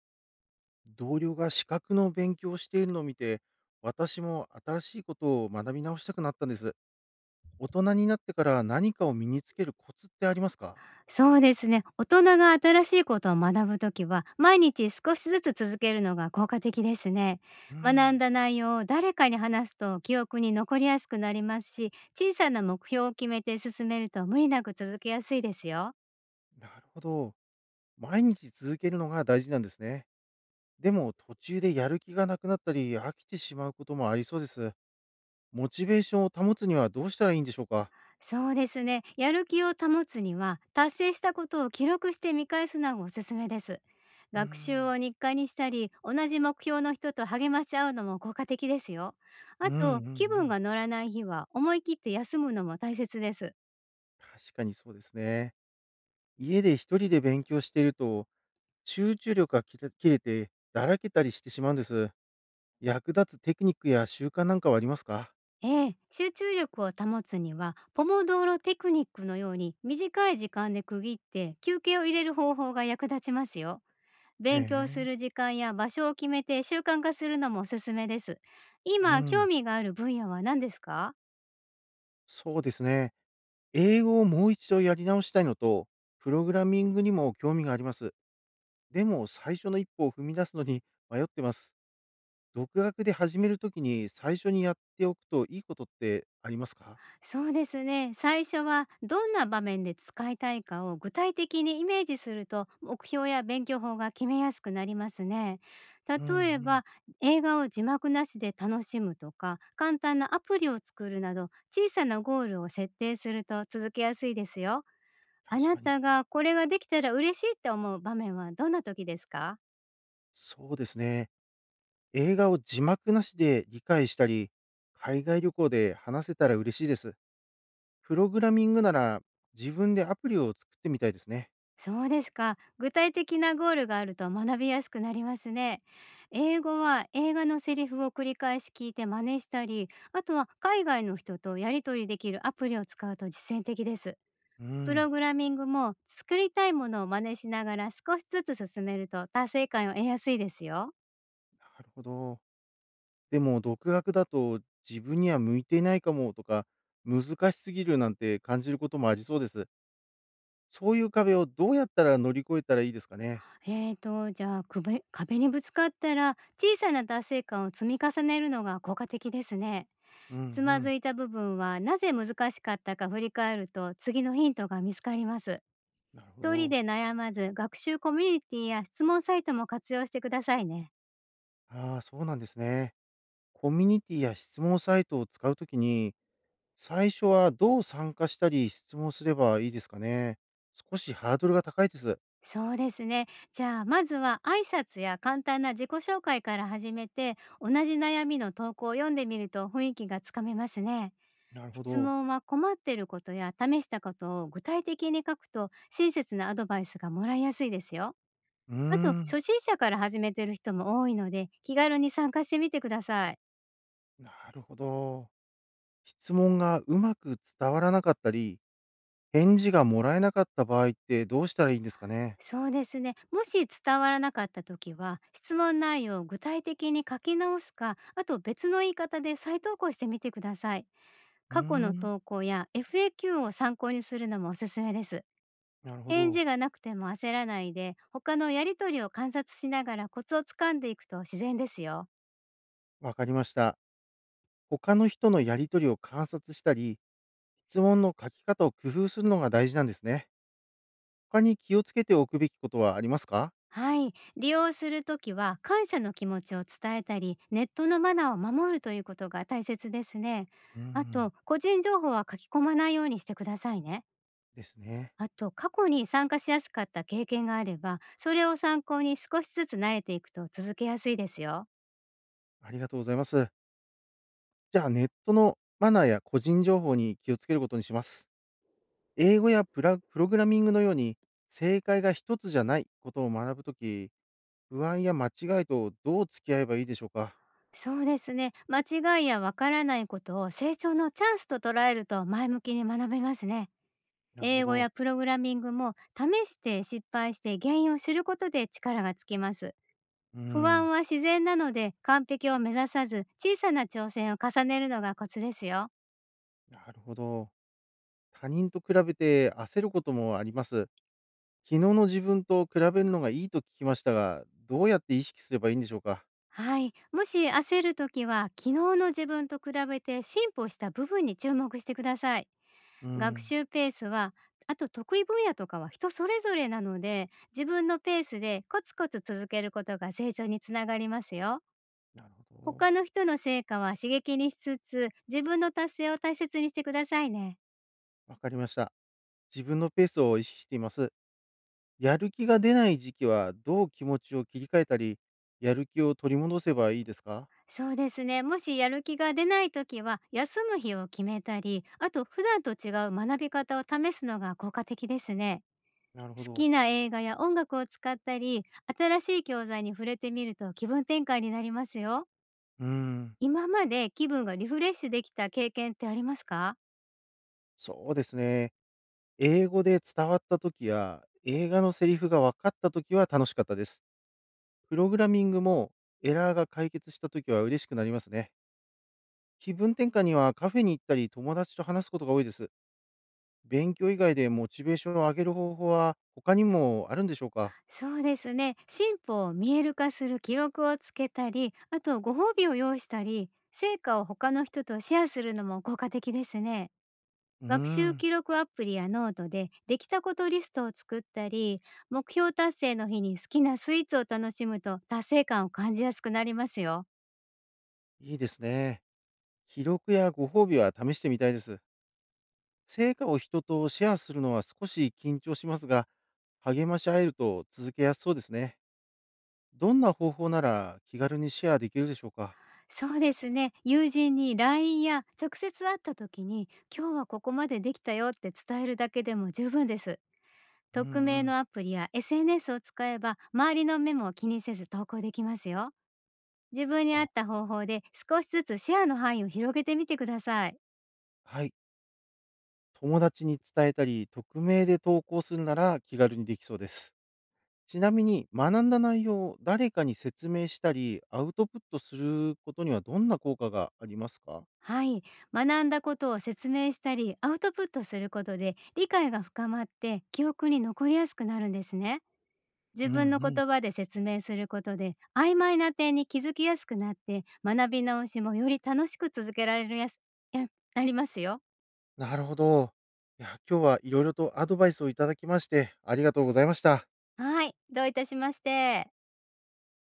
同僚が資格の勉強をしているのを見て、私も新しいことを学び直したくなったんです。大人になってから何かを身につけるコツってありますか？そうですね。大人が新しいことを学ぶときは、毎日少しずつ続けるのが効果的ですね。うー学んん、だ内容を誰かに話すと記憶に残りやすくなりますし、小さな目標を決めて進めると無理なく続けやすいですよ。なるほど。毎日続けるのが大事なんですね。でも途中でやる気がなくなったり飽きてしまうこともありそうです。モチベーションを保つにはどうしたらいいんでしょうか？そうですね。やる気を保つには、達成したことを記録して見返すのがおすすめです。うー学習ん、を日課にしたり、同じ目標の人と励まし合うのも効果的ですよ。うあんうんと、う気分ん。が乗らない日は思い切って休むのも大切です。確かにそうですね。家で一人で勉強していると集中力が切れ切れてだらけたりしてしまうんです。役立つテクニックや習慣なんかはありますか？ええ、集中力を保つには、ポモドーロテクニックのように短い時間で区切って休憩を入れる方法が役立ちますよ。へ勉強すえ。る時間や場所を決めて習慣化するのもおすすめです。う今興ん、味がある分野は何ですか？そうですね。英語をもう一度やり直したいのと、プログラミングにも興味があります。でも最初の一歩を踏み出すのに迷ってます。独学で始めるときに最初にやっておくといいことってありますか？そうですね。最初はどんな場面で使いたいかを具体的にイメージすると目標や勉強法が決めやすくなりますね。うんう例えば、ん、映画を字幕なしで楽しむとか簡単なアプリを作るなど、小さなゴールを設定すると続けやすいですよ。あ確なかに。たがこれができたら嬉しいって思う場面はどんな時ですか？そうですね。映画を字幕なしで理解したり、海外旅行で話せたら嬉しいです。プログラミングなら自分でアプリを作ってみたいですね。そうですか。具体的なゴールがあると学びやすくなりますね。英語は映画のセリフを繰り返し聞いて真似したり、あとは海外の人とやり取りできるアプリを使うと実践的です。うプん、なログラミングも作りたいものを真似しながら少しずつ進めると達成感を得やすいですよ。るほど。でも独学だと自分には向いていないかもとか、難しすぎるなんて感じることもありそうです。そういう壁をどうやったら乗り越えたらいいですかね？じゃあ、壁にぶつかったら小さな達成感を積み重ねるのが効果的ですね。うんうつまずん、いた部分はなぜ難しかったか振り返ると、次のヒントが見つかります。なるほ一人ど。で悩まず、学習コミュニティや質問サイトも活用してくださいね。ああ、そうなんですね。コミュニティや質問サイトを使うときに、最初はどう参加したり質問すればいいですかね？少しハードルが高いです。そうですね。じゃあ、まずは挨拶や簡単な自己紹介から始めて、同じ悩みの投稿を読んでみると雰囲気がつかめますね。なるほ質ど。問は困ってることや試したことを具体的に書くと、親切なアドバイスがもらいやすいですよ。うーあと、ん、初心者から始めてる人も多いので、気軽に参加してみてください。なるほど。質問がうまく伝わらなかったり返事がもらえなかった場合ってどうしたらいいんですかね？そうですね。もし伝わらなかった時は、質問内容を具体的に書き直すか、あと別の言い方で再投稿してみてください。うー過去のん、投稿や FAQ を参考にするのもおすすめです。なるほ返ど。事がなくても焦らないで、他のやりとりを観察しながらコツをつかんでいくと自然ですよ。わかりました。他の人のやり取りを観察したり、質問の書き方を工夫するのが大事なんですね。他に気をつけておくべきことはありますか？はい、利用するときは感謝の気持ちを伝えたり、ネットのマナーを守るということが大切ですね。うーあん、と、個人情報は書き込まないようにしてくださいね。ですね。あと、過去に参加しやすかった経験があれば、それを参考に少しずつ慣れていくと続けやすいですよ。ありがとうございます。じゃあ、ネットのマナーや個人情報に気をつけることにします。英語やプログラミングのように、正解が一つじゃないことを学ぶとき、不安や間違いとどう付き合えばいいでしょうか？そうですね。間違いやわからないことを成長のチャンスと捉えると、前向きに学べますね。なるほ英語ど。やプログラミングも試して失敗して原因を知ることで力がつきます。う不安ん、は自然なので、完璧を目指さず、小さな挑戦を重ねるのがコツですよ。なるほど。他人と比べて焦ることもあります。昨日の自分と比べるのがいいと聞きましたが、どうやって意識すればいいんでしょうか？はい。もし焦るときは、昨日の自分と比べて進歩した部分に注目してください。う学ん、習ペースは、あと得意分野とかは人それぞれなので、自分のペースでコツコツ続けることが成長につながりますよ。なるほ他ど。の人の成果は刺激にしつつ、自分の達成を大切にしてくださいね。わかりました。自分のペースを意識しています。やる気が出ない時期はどう気持ちを切り替えたり、やる気を取り戻せばいいですか？そうですね。もしやる気が出ないときは、休む日を決めたり、あと普段と違う学び方を試すのが効果的ですね。なるほ好ど。きな映画や音楽を使ったり、新しい教材に触れてみると気分転換になりますよ。うん、今まで気分がリフレッシュできた経験ってありますか？そうですね。英語で伝わった時や、映画のセリフが分かった時は楽しかったです。プログラミングもエラーが解決したときは嬉しくなりますね。気分転換にはカフェに行ったり友達と話すことが多いです。勉強以外でモチベーションを上げる方法は他にもあるんでしょうか？そうですね。進歩を見える化する記録をつけたり、あとご褒美を用意したり、成果を他の人とシェアするのも効果的ですね。うー学習ん、記録アプリやノートでできたことリストを作ったり、目標達成の日に好きなスイーツを楽しむと達成感を感じやすくなりますよ。いいですね。記録やご褒美は試してみたいです。成果を人とシェアするのは少し緊張しますが、励まし合えると続けやすそうですね。どんな方法なら気軽にシェアできるでしょうか？そうですね、友人に LINE や直接会った時に、今日はここまでできたよって伝えるだけでも十分です。うんう匿名ん。のアプリや SNS を使えば、周りの目も気にせず投稿できますよ。自分に合っあ、た方法で少しずつシェアの範囲を広げてみてください。はい。友達に伝えたり、匿名で投稿するなら気軽にできそうです。ちなみに、学んだ内容を誰かに説明したり、アウトプットすることにはどんな効果がありますか？はい、学んだことを説明したりアウトプットすることで、理解が深まって記憶に残りやすくなるんですね。自うんう分のん。言葉で説明することで曖昧な点に気づきやすくなって、学び直しもより楽しく続けられるやすやなりますよ。なるほど。いや、今日はいろいろとアドバイスをいただきまして、ありがとうございました。はい、どういたしまして。